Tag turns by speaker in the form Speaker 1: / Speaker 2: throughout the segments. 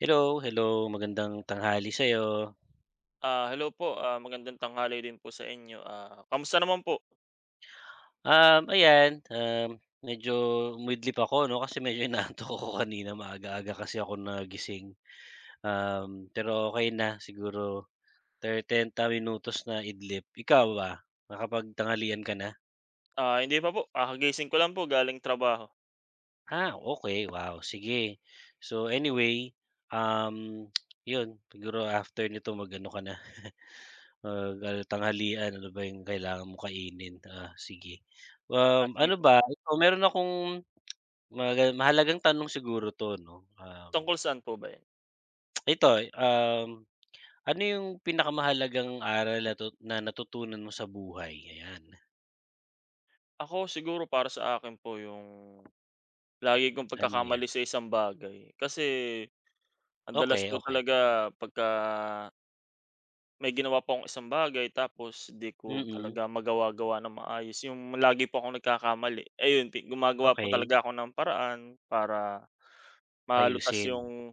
Speaker 1: Hello, hello. Magandang tanghali sa'yo.
Speaker 2: Hello po, magandang tanghali din po sa inyo. Ah, kamusta naman po?
Speaker 1: Ayan, medyo umidlip ako 'no, kasi medyo inaantok ako kanina. Maaga-aga kasi ako nagising. Pero okay na siguro 30 minutos na idlip. Ikaw ba, nakapagtanghalian ka na?
Speaker 2: Hindi pa po, kakagising ko lang po galing trabaho.
Speaker 1: Okay, wow, sige. So anyway, um, 'yun siguro after nito mag-ano ka na, tanghalian. Ano ba yung kailangan mong kainin? Sige.
Speaker 2: Ah, sige
Speaker 1: Ano
Speaker 2: po.
Speaker 1: ba, ikaw meron akong mahalagang tanong siguro 'to 'no,
Speaker 2: Tungkol saan po ba 'yan?
Speaker 1: ito, um, ano yung pinakamahalagang aral natutunan mo sa buhay? Ayan,
Speaker 2: Ako siguro para sa akin po yung lagi kong
Speaker 1: ano 'yan?
Speaker 2: pagkakamali sa isang bagay. Kasi ang dalas
Speaker 1: Okay.
Speaker 2: po
Speaker 1: Okey.
Speaker 2: talaga pagka may ginawa po akong isang bagay tapos di ko
Speaker 1: Mm,
Speaker 2: talaga magawa-gawa ng maayos, yung lagi po akong nagkakamali. Ayun, pi gumagawa po
Speaker 1: okey.
Speaker 2: talaga ako ng paraan para malutas
Speaker 1: Ayusin,
Speaker 2: yung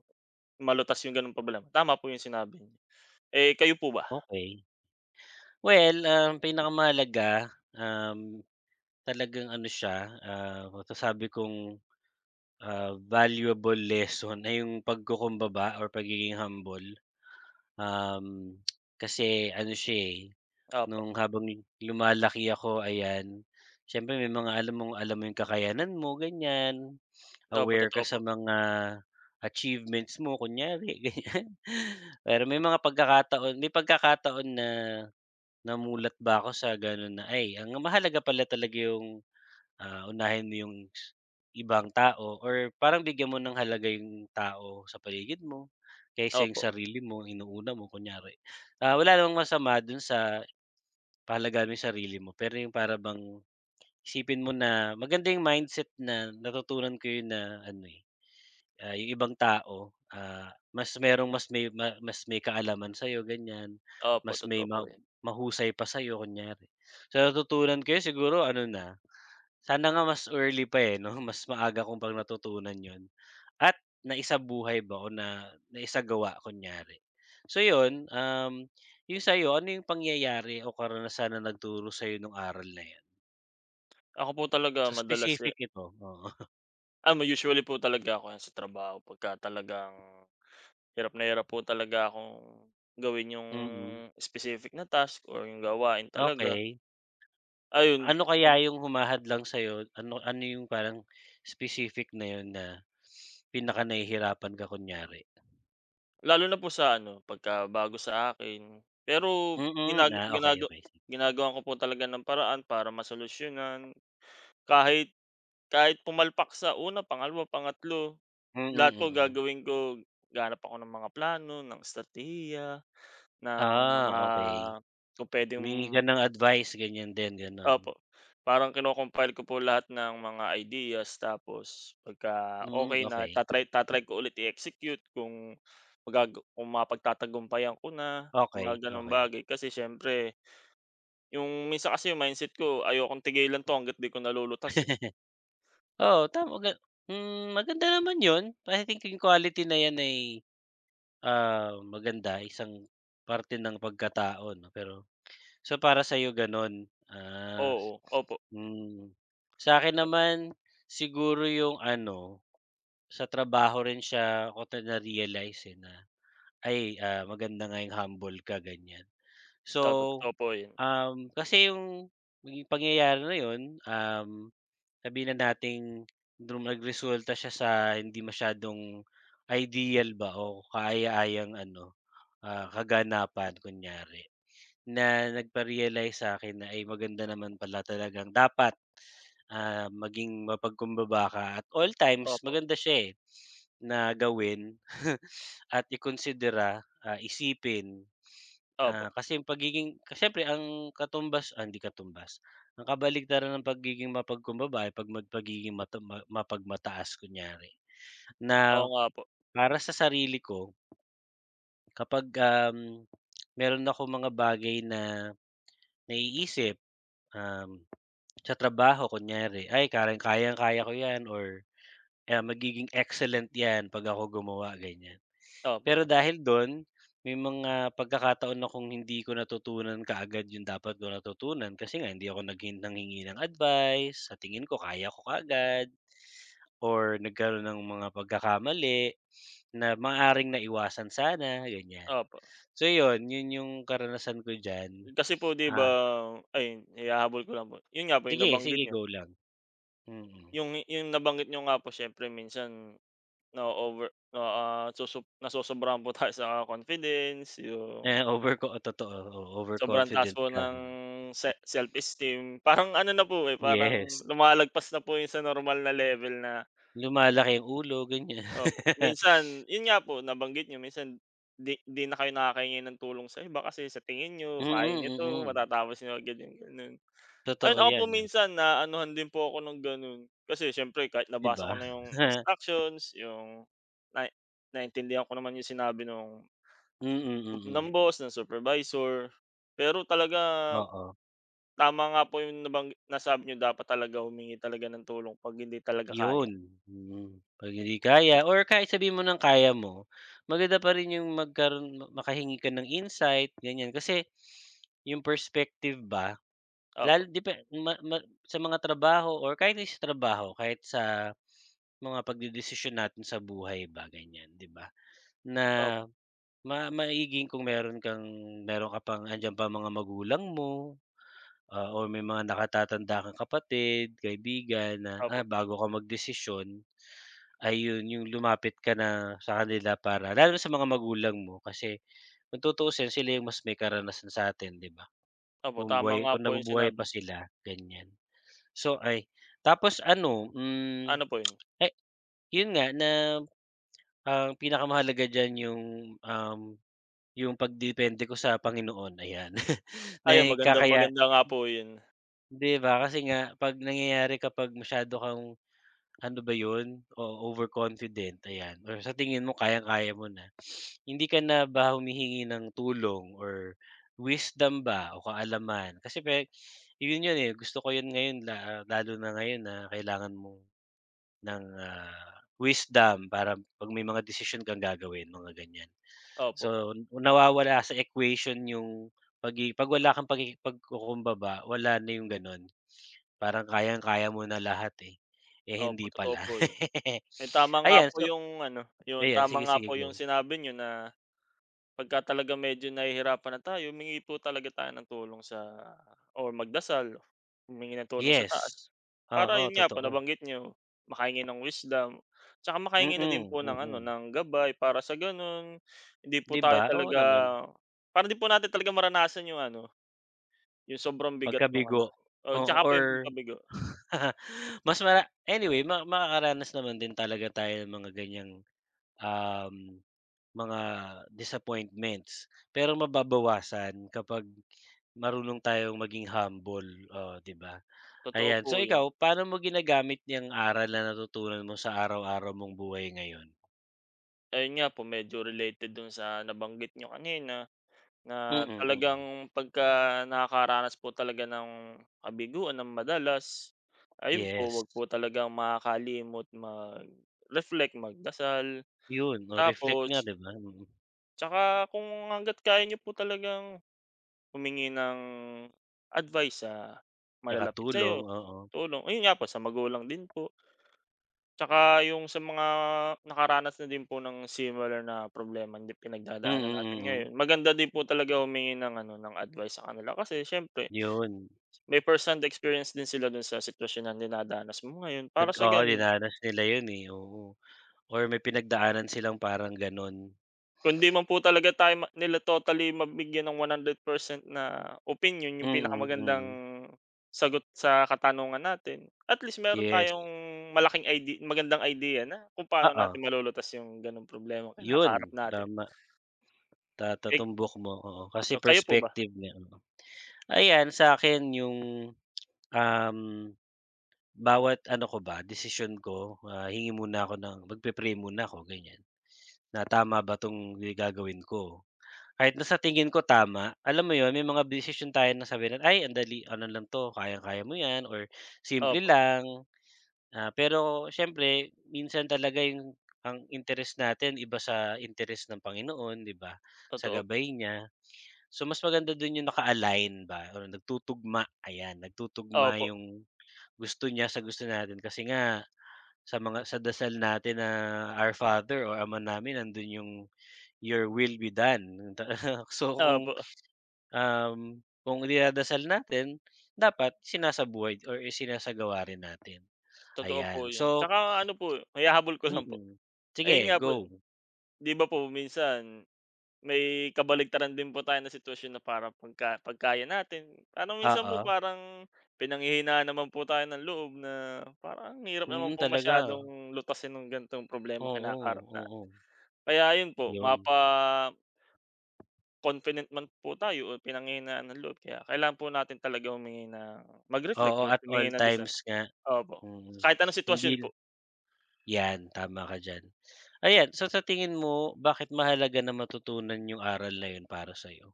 Speaker 2: malutas yung gano'ng problema. Tama po yung sinabi niyo. Eh, kayo po ba?
Speaker 1: okay. Well, ang pinakamahalaga, um, talagang ano siya, masasabi kong, valuable lesson ay yung pagkukumbaba or pagiging humble. Um, kasi ano siya, eh,
Speaker 2: Opo,
Speaker 1: nung habang lumalaki ako, ayan, siyempre may mga alam mong alam mo yung kakayanan mo ganyan,
Speaker 2: opo,
Speaker 1: aware ka
Speaker 2: totoo po.
Speaker 1: sa mga achievements mo kunyari ganyan. Pero may pagkakataon na namulat ba ako sa gano'n na, ay, ang mahalaga pala talaga yung, unahin mo yung ibang tao or parang bigyan mo ng halaga yung tao sa paligid mo, kaysa yung
Speaker 2: Opo,
Speaker 1: sarili mo, inuuna mo kunyari. Wala namang masama dun sa pahalagahan mo yung sarili mo, pero yung para bang isipin mo na maganda yung mindset na natutunan ko yun na ano, eh, yung ibang tao, mas merong mas may ma mas may kaalaman sa'yo ganyan,
Speaker 2: opo,
Speaker 1: mas may
Speaker 2: totoo po
Speaker 1: ma
Speaker 2: 'yan.
Speaker 1: mahusay pa sa'yo kunyari. So natutunan ko yun siguro ano na, sana nga mas early pa, eh, 'no, mas maaga kung pang natutunan yon at naisabuhay ba o na naisagawa kunyari. So 'yun. Yung sa'yo, ano yung pangyayari o karanasan na nagturo sa'yo nung aral na 'yun?
Speaker 2: Ako po talaga
Speaker 1: So
Speaker 2: madalas, eh
Speaker 1: specific ito, oo.
Speaker 2: usually po talaga ako 'yan sa trabaho pagka talagang hirap na hirap po talaga akong gawin yung
Speaker 1: Mm,
Speaker 2: specific na task or yung gawain talaga.
Speaker 1: okey.
Speaker 2: Ayun,
Speaker 1: Ano
Speaker 2: pag
Speaker 1: kaya yung humahad lang sa'yo, ano ano yung parang specific na 'yun na pinakanahihirapan ka kunyari?
Speaker 2: lalo na po sa ano, pagka bago sa akin. Pero
Speaker 1: Mm,
Speaker 2: ginaga
Speaker 1: okay,
Speaker 2: ginaga
Speaker 1: okay.
Speaker 2: ginagawan ko po talaga ng paraan para masolusyunan kahit kahit pumalpak sa una, pangalawa, pangatlo,
Speaker 1: Mm,
Speaker 2: lahat po
Speaker 1: mm.
Speaker 2: gagawin ko. Gahanap ako ng mga plano, ng estratehiya, ng mga
Speaker 1: Okay.
Speaker 2: kung puwedeng
Speaker 1: Humingi ka ng advice ganyan din, gano'n?
Speaker 2: opo, parang kino-compile ko po lahat ng mga ideas tapos pagka
Speaker 1: Hmm,
Speaker 2: okey na
Speaker 1: okey,
Speaker 2: ta-try ko ulit i-execute kung magaga kung mapagtatagumpayan ko na,
Speaker 1: okey,
Speaker 2: mga gano'ng
Speaker 1: okey.
Speaker 2: bagay. Kasi siyempre yung minsan kasi yung mindset ko ayokong tigilan 'to hangga't 'di ko nalulutas, eh.
Speaker 1: Oo, tama ga, hmm, maganda naman 'yun. I think yung quality na 'yan ay, maganda, isang parte ng pagkatao 'no, pero so para sa'yo gano'n, ah,
Speaker 2: Oo, opo.
Speaker 1: hmm. Sa'kin naman siguro yung ano, sa trabaho rin siya ko na na-realize, eh, na ay, maganda nga yung humble ka ganyan.
Speaker 2: Opo,
Speaker 1: So.
Speaker 2: totoo po 'yun.
Speaker 1: Kasi yung naging pangyayari na yun, um, sabihin na nating nagresulta siya sa hindi masyadong ideal ba o kaaya-ayang ano, kaganapan kunyari, na nagpa-realize sa akin na, ay, maganda naman pala talagang dapat, maging mapagkumbaba ka at all times,
Speaker 2: Opo.
Speaker 1: maganda siya, eh, na gawin at ikonsidera, isipin.
Speaker 2: Opo.
Speaker 1: Kasi yung pagiging, kasi siyempre ang katumbas, hindi katumbas, ang kabaligtaran ng pagiging mapagkumbaba ay pagiging mata ma mapagmataas kunyari. Na
Speaker 2: Oo nga po.
Speaker 1: para sa sarili ko kapag, meron ako mga bagay na naiisip, um, sa trabaho kunyari, "Ay, kayang-kaya ko 'yan," or, "Ah, magiging excellent 'yan 'pag ako gumawa," ganyan.
Speaker 2: Opo,
Speaker 1: Pero dahil dun, may mga pagkakataon akong hindi ko natutunan kaagad yung dapat ko natutunan kasi nga hindi ako nanghingi ng advice, sa tingin ko kaya ko kaagad or nagkaroon ng mga pagkakamali na maaaring naiwasan sana, ganyan.
Speaker 2: opo.
Speaker 1: So yun, yun yung karanasan ko diyan.
Speaker 2: Kasi po 'di ba
Speaker 1: Ah,
Speaker 2: ay ihahabol ko lang po. 'Yun nga po yung
Speaker 1: sige,
Speaker 2: nabanggit
Speaker 1: sige,
Speaker 2: niyo.
Speaker 1: go lang. Mm.
Speaker 2: Yung nabanggit niyo nga po siyempre minsan na-o-over na, ah, susob nasosobrahan po tayo sa confidence, yung
Speaker 1: Eh, over ko o totoo, oo,
Speaker 2: sobrang taas
Speaker 1: overconfident
Speaker 2: po
Speaker 1: ka.
Speaker 2: ng se self-esteem. Parang ano na po, eh, parang
Speaker 1: Yes,
Speaker 2: lumalagpas na po 'yun sa normal na level na
Speaker 1: lumalaki ang ulo, ganyan.
Speaker 2: opo, minsan yun nga po nabanggit niyo minsan 'di na kayo nakakahingi ng tulong sa iba kasi sa tingin
Speaker 1: Mm,
Speaker 2: niyo kaya niyo
Speaker 1: mm. Mm,
Speaker 2: 'to,
Speaker 1: mm.
Speaker 2: matatapos niyo agad yung gano'n. Ayun,
Speaker 1: Totoo
Speaker 2: ako po
Speaker 1: 'yan, eh,
Speaker 2: minsan na naanuhan din po ako ng ganun kasi siyempre kahit
Speaker 1: 'di
Speaker 2: nabasa
Speaker 1: ba?
Speaker 2: ko na yung instructions, yung na naintindihan ko naman yung sinabi
Speaker 1: Mm,
Speaker 2: ng
Speaker 1: mm.
Speaker 2: boss, ng supervisor. Pero talaga
Speaker 1: Oo,
Speaker 2: tama nga po yung nabang nasabi niyo dapat talaga humingi talaga ng tulong 'pag hindi talaga kaya.
Speaker 1: 'yun, mm. 'Pag hindi kaya or kahit sabihin mo ng kaya mo, maganda pa rin 'yung magkaroon makahingi ka ng insight, ganiyan. Kasi 'yung perspective ba, lalo
Speaker 2: Opo,
Speaker 1: depe ma ma sa mga trabaho or kahit hindi sa trabaho, kahit sa mga pagdedesisyon natin sa buhay ba, ganiyan, 'di ba? Na
Speaker 2: op
Speaker 1: maiging kung meron ka pang andiyan pa ang mga magulang mo. Or may mga nakatatanda kang kapatid, kaibigan na,
Speaker 2: opo,
Speaker 1: bago ka magdesisyon, ayun yung lumapit ka na sa kanila, para lalo na sa mga magulang mo kasi kung tutuusin sila yung mas may karanasan sa atin, 'di ba?
Speaker 2: opo,
Speaker 1: Kung
Speaker 2: tama
Speaker 1: buhay
Speaker 2: nga
Speaker 1: kung
Speaker 2: po yung
Speaker 1: nabubuhay
Speaker 2: sinabi.
Speaker 1: pa sila, ganyan. So, ay tapos ano, hmm,
Speaker 2: Ano po yun?
Speaker 1: eh, yun nga na ang pinakamahalaga diyan yung, um, yung pagdepende ko sa Panginoon, ayan.
Speaker 2: Ayun
Speaker 1: Na
Speaker 2: maganda
Speaker 1: kakaya.
Speaker 2: maganda nga po 'yun.
Speaker 1: 'Di ba, kasi nga 'pag nangyayari, kapag masyado kang ano ba 'yun, oo, overconfident, ayan, or sa tingin mo kayang-kaya mo na, hindi ka na ba humihingi ng tulong or wisdom ba o kaalaman? Kasi 'yun 'yun, eh, gusto ko 'yun ngayon, lalo na ngayon na kailangan mo ng, wisdom para 'pag may mga desisyon kang gagawin, mga ganiyan.
Speaker 2: Opo,
Speaker 1: So, nawawala sa equation yung 'pag wala kang pagkukumbaba, wala na yung gano'n. Parang kayang-kaya mo na lahat, eh. Eh,
Speaker 2: opo
Speaker 1: hindi
Speaker 2: totoo
Speaker 1: pala.
Speaker 2: po 'yun. Eh, tama nga
Speaker 1: Ayan,
Speaker 2: po
Speaker 1: so
Speaker 2: 'yung ano, 'yun
Speaker 1: ayan,
Speaker 2: tama
Speaker 1: sige,
Speaker 2: nga
Speaker 1: sige,
Speaker 2: po 'yung
Speaker 1: go.
Speaker 2: sinabi niyo na pagka talagang medyo nahihirapan na tayo humingi po talaga tayo ng tulong sa or magdasal, humingi ng tulong sa taas.
Speaker 1: Yes.
Speaker 2: Para
Speaker 1: Oo,
Speaker 2: 'yun nga po
Speaker 1: totoo.
Speaker 2: nabanggit niyo, makahingi ng wisdom, tsaka makahingi na din
Speaker 1: Mm,
Speaker 2: po ng ano,
Speaker 1: mm.
Speaker 2: ng gabay para sa gano'n hindi po
Speaker 1: 'Di
Speaker 2: tayo
Speaker 1: ba? Oo
Speaker 2: talaga
Speaker 1: naman,
Speaker 2: para 'di po natin talaga maranasan 'yung ano, 'yung sobrang bigat nung ano
Speaker 1: pagkabigo,
Speaker 2: oo,
Speaker 1: oo,
Speaker 2: tsaka po 'yung
Speaker 1: or
Speaker 2: pagkabigo,
Speaker 1: mas mara anyway, makakaranas naman din talaga tayo ng mga ganiyang, um, mga disappointments. Pero mababawasan kapag marunong tayong maging humble, oh, 'di ba?
Speaker 2: totoo
Speaker 1: Ayan, so
Speaker 2: po 'yun.
Speaker 1: ikaw paano mo ginagamit 'yang aral na natutunan mo sa araw-araw mong buhay ngayon?
Speaker 2: Ayun nga po medyo related dun sa nabanggit niyo kanina, na
Speaker 1: Mm, mm.
Speaker 2: talagang pagka nakakaranas po talaga ng kabiguan ng madalas, ayun
Speaker 1: Yes.
Speaker 2: po wag po talagang makakalimot mag-reflect, magdasal,
Speaker 1: 'Yun, oh, reflect nga
Speaker 2: tapos
Speaker 1: 'di ba, mm.
Speaker 2: tsaka kung hangga't kaya niyo po talagang humingi ng advice sa
Speaker 1: 'Tsaka
Speaker 2: malalapit
Speaker 1: tulong,
Speaker 2: sa'yo,
Speaker 1: oo.
Speaker 2: tulong. Ayun nga po sa magulang din po. Tsaka yung sa mga nakaranas na din po ng similar na problema na
Speaker 1: Mm,
Speaker 2: pinagdadaanan
Speaker 1: mm.
Speaker 2: natin
Speaker 1: Mm, mm.
Speaker 2: ngayon, maganda din po talaga humingi ng ano, ng advice sa kanila kasi siyempre
Speaker 1: 'Yun,
Speaker 2: may first-hand experience din sila dun sa sitwasyon na dinadanas mo ngayon. Para sa
Speaker 1: oo,
Speaker 2: ganun,
Speaker 1: dinanas nila 'yun, eh, oo. Or may pinagdaanan silang parang gano'n.
Speaker 2: kung di man po talaga tayo ma nila totally mabigyan ng 100% na opinion yung
Speaker 1: Mm, mm.
Speaker 2: pinakamagandang
Speaker 1: Mm.
Speaker 2: sagot sa katanungan natin, at least meron
Speaker 1: Yes,
Speaker 2: tayong malaking idea magandang idea na kung paano
Speaker 1: oo,
Speaker 2: natin malulutas yung gano'ng problema
Speaker 1: 'yun
Speaker 2: kinakaharap natin.
Speaker 1: tama,
Speaker 2: Eh
Speaker 1: tatatumbok mo, oo, kasi
Speaker 2: Oh, kayo po ba?
Speaker 1: perspective niya, oo. Ayan, sa akin 'yung, um bawat ano ko ba, desisyon ko, hingi muna ako ng, magpe-pray muna ako ganyan, na tama ba 'tong gagawin ko. Kahit na sa tingin ko tama, alam mo 'yun, may mga desisyon tayo na sabi na, "Ay, andali dali, ano lang 'to, kayang-kaya mo 'yan," or "Simple
Speaker 2: Opo,
Speaker 1: lang." Pero siyempre minsan talaga yung ang interes natin iba sa interes ng Panginoon, 'di ba, sa
Speaker 2: totoo po.
Speaker 1: gabay niya. So mas maganda dun yung naka-align ba or nagtutugma, ayan, nagtutugma
Speaker 2: Opo,
Speaker 1: yung gusto niya sa gusto natin kasi nga sa dasal natin na Our Father o Ama namin nandun yung, "Your will be done." So
Speaker 2: opo,
Speaker 1: um, kung dinadasal natin dapat isinasabuhay or isinasagawa rin natin,
Speaker 2: totoo po
Speaker 1: ayan.
Speaker 2: 'yun.
Speaker 1: So
Speaker 2: Tsaka ano po, maihahabol ko lang po,
Speaker 1: mm.
Speaker 2: ayun
Speaker 1: Sige,
Speaker 2: nga po,
Speaker 1: go.
Speaker 2: 'di ba po minsan may kabaligtaran din po tayo na sitwasyon na parang pagka pagkaya natin, parang minsan po
Speaker 1: Oo,
Speaker 2: parang pinanghihinaan naman po tayo ng loob na parang ang hirap naman
Speaker 1: mm,
Speaker 2: po
Speaker 1: talaga.
Speaker 2: masyadong lutasin ng ganitong problema
Speaker 1: Oo,
Speaker 2: kinakaharap natin.
Speaker 1: oo,
Speaker 2: Kaya ayun po,
Speaker 1: yun.
Speaker 2: mapa-confident man po tayo o pinanghihinaan ng loob kaya kailangan po natin talaga humingi ng mag-reflect
Speaker 1: Oo,
Speaker 2: at
Speaker 1: at all
Speaker 2: humingi ng dasal.
Speaker 1: times nga,
Speaker 2: Opo,
Speaker 1: mm.
Speaker 2: kahit anong
Speaker 1: Hindi
Speaker 2: sitwasyon po.
Speaker 1: yan, tama ka diyan. Ayan, so sa tingin mo bakit mahalaga na matutunan yung aral na yun para sa'yo?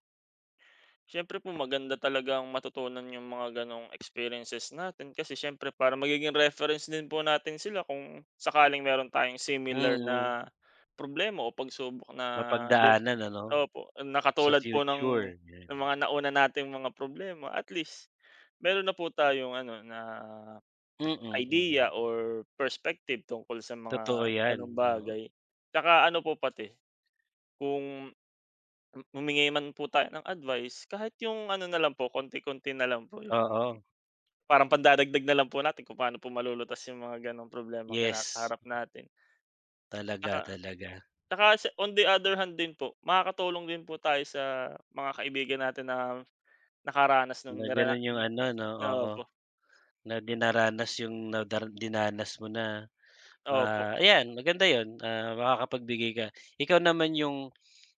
Speaker 2: Siyempre po maganda talagang matutunan yung mga gano'ng experiences natin kasi siyempre para magiging reference din po natin sila kung sakaling meron tayong similar
Speaker 1: Mm,
Speaker 2: na problema o pagsubok na din
Speaker 1: mapagdaanan ano,
Speaker 2: opo, na
Speaker 1: sa
Speaker 2: katulad po
Speaker 1: future, yan.
Speaker 2: ng mga nauna nating mga problema at least meron na po tayong ano na
Speaker 1: Mm,
Speaker 2: idea
Speaker 1: mm,
Speaker 2: or perspective tungkol sa
Speaker 1: totoo
Speaker 2: mga
Speaker 1: yan,
Speaker 2: gano'ng
Speaker 1: oo.
Speaker 2: bagay. Tsaka ano po pati kung M humingi man po tayo ng advice, kahit yung ano na lang po, konti-konti na lang po, yung
Speaker 1: Oo,
Speaker 2: parang pandadagdag na lang po natin kung paano po malulutas yung mga gano'ng problemang
Speaker 1: yes,
Speaker 2: kinakaharap natin.
Speaker 1: talaga,
Speaker 2: Tsaka
Speaker 1: talaga.
Speaker 2: Tsaka sa on the other hand din po, makakatulong din po tayo sa mga kaibigan natin na nakaranas ng
Speaker 1: Na
Speaker 2: nirana
Speaker 1: gano'n yung ano 'no, oo,
Speaker 2: opo,
Speaker 1: na dinaranas yung dinanas mo na,
Speaker 2: opo,
Speaker 1: ayan, maganda yun, makakapagbigay ka. Ikaw naman yung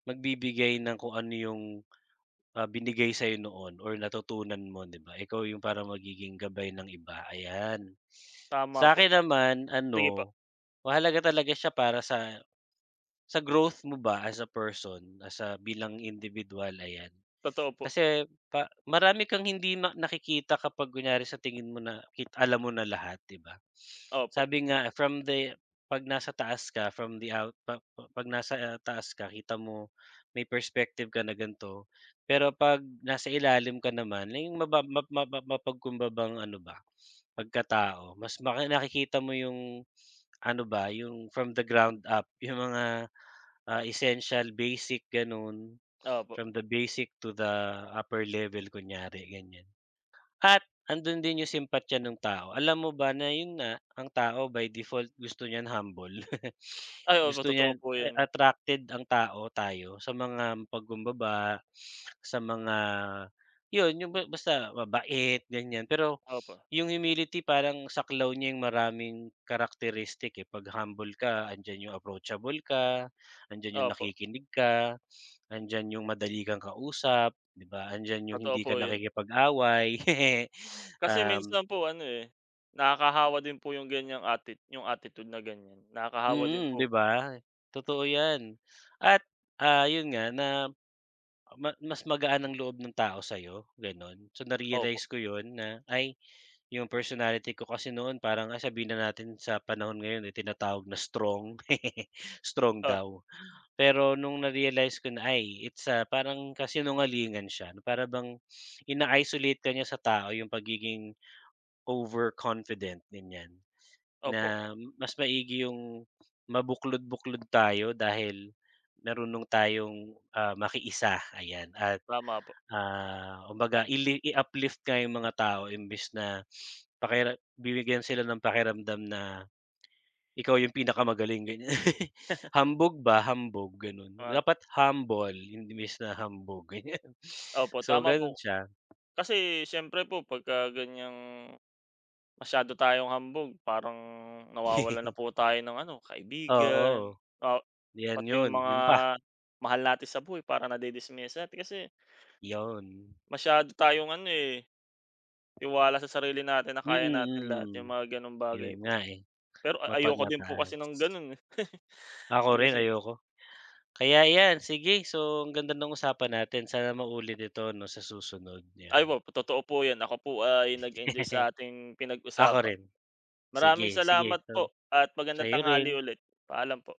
Speaker 1: magbibigay ng kung ano yung, binigay sa'yo noon or natutunan mo 'di ba, ikaw yung parang magiging gabay ng iba, ayan.
Speaker 2: tama po.
Speaker 1: Sa'kin naman
Speaker 2: Sige po,
Speaker 1: ano. Mahalaga talaga siya para sa growth mo ba as a person, as a, bilang individual, ayan.
Speaker 2: totoo po.
Speaker 1: Kasi pa marami kang hindi na nakikita kapag kunyari sa tingin mo na alam mo na lahat, 'di ba?
Speaker 2: Opo,
Speaker 1: Sabi nga from the 'pag nasa taas ka, from the out pa 'pag nasa taas ka, kita mo may perspective ka na ganito, pero 'pag nasa ilalim ka naman, eh, yung maba ma ma mapagkumbabang ano ba, pagkatao. Mas nakikita mo yung ano ba yung from the ground up, yung mga, essential, basic, gano'n,
Speaker 2: opo.
Speaker 1: from the basic to the upper level kunyari, ganyan. At andun din yung simpatya ng tao. Alam mo ba na yun na ang tao by default gusto niyan humble.
Speaker 2: Ay, opo,
Speaker 1: Gusto
Speaker 2: totoo
Speaker 1: niyan,
Speaker 2: po 'yun.
Speaker 1: attracted ang tao, tayo sa mga mapagkumbaba, sa mga yun, yung basta mabait, ganyan. Pero
Speaker 2: Opo,
Speaker 1: yung humility parang saklaw niya yung maraming characteristic, eh. 'Pag humble ka, andiyan yung approachable ka, andiyan yung
Speaker 2: opo,
Speaker 1: nakikinig ka, andiyan yung madali kang kausap. 'Di ba, andiyan yung
Speaker 2: totoo
Speaker 1: hindi
Speaker 2: po
Speaker 1: ka
Speaker 2: 'yun.
Speaker 1: nakikipag-away.
Speaker 2: Kasi
Speaker 1: um,
Speaker 2: minsan po ano, eh, nakakahawa din po yung ganiyang atti yung attitude na ganiyan. Nakakahawa din
Speaker 1: mm,
Speaker 2: po.
Speaker 1: 'di ba? Totoo 'yan at, 'yun nga na mas magaan ang loob ng tao sa'yo, gano'n. So,
Speaker 2: Opo,
Speaker 1: na-realize ko 'yun na, ay, yung personality ko kasi noon parang, sabihin na natin sa panahon ngayon, eh, tinatawag na strong, strong
Speaker 2: ah,
Speaker 1: daw. Pero nung na-realize ko na, ay, it's a parang kasinungalingan siya, para bang ina-isolate ka niya sa tao yung pagiging overconfident, ganyan.
Speaker 2: opo,
Speaker 1: Na mas maigi yung mabuklod-buklod tayo dahil marunong tayong, makiisa, ayan. At,
Speaker 2: tama po.
Speaker 1: kumbaga i-uplift nga yung mga tao, imbis na bibigyan sila ng pakiramdam na ikaw yung pinakamagaling ganyan. Hambog ba, hambog gano'n.
Speaker 2: Ah,
Speaker 1: Dapat humble imbes na hambog ganyan.
Speaker 2: opo,
Speaker 1: So
Speaker 2: tama
Speaker 1: gano'n
Speaker 2: po.
Speaker 1: siya.
Speaker 2: Kasi siyempre po pagka ganiyang masyado tayong hambog parang nawawalan na po tayo ng ano, kaibigan,
Speaker 1: Oo,
Speaker 2: ah,
Speaker 1: 'yan
Speaker 2: pati yung
Speaker 1: 'yun,
Speaker 2: mga
Speaker 1: 'yun pa,
Speaker 2: mahal natin sa buhay para nadi-dismiss natin kasi
Speaker 1: 'yun.
Speaker 2: masyado tayong ano, eh, tiwala sa sarili natin na
Speaker 1: Mm,
Speaker 2: kaya natin lahat,
Speaker 1: mm.
Speaker 2: yung mga gano'ng bagay
Speaker 1: 'Yun
Speaker 2: po.
Speaker 1: nga, eh,
Speaker 2: Pero a- ayoko din po kasi
Speaker 1: mapagmataas.
Speaker 2: ng gano'n, eh,
Speaker 1: Ako
Speaker 2: yung
Speaker 1: rin
Speaker 2: kasi
Speaker 1: ayoko. Kaya 'yan, sige, so ang ganda ng usapan natin, sana maulit ito 'no sa susunod,
Speaker 2: Ay
Speaker 1: 'yan.
Speaker 2: opo, totoo po 'yan. Ako po ay nag-enjoy sa ating
Speaker 1: Ako
Speaker 2: pinag-usapan.
Speaker 1: rin. Sige,
Speaker 2: Maraming
Speaker 1: sige.
Speaker 2: salamat
Speaker 1: So,
Speaker 2: po at magandang
Speaker 1: sa'yo
Speaker 2: tanghali
Speaker 1: rin.
Speaker 2: ulit. Paalam po.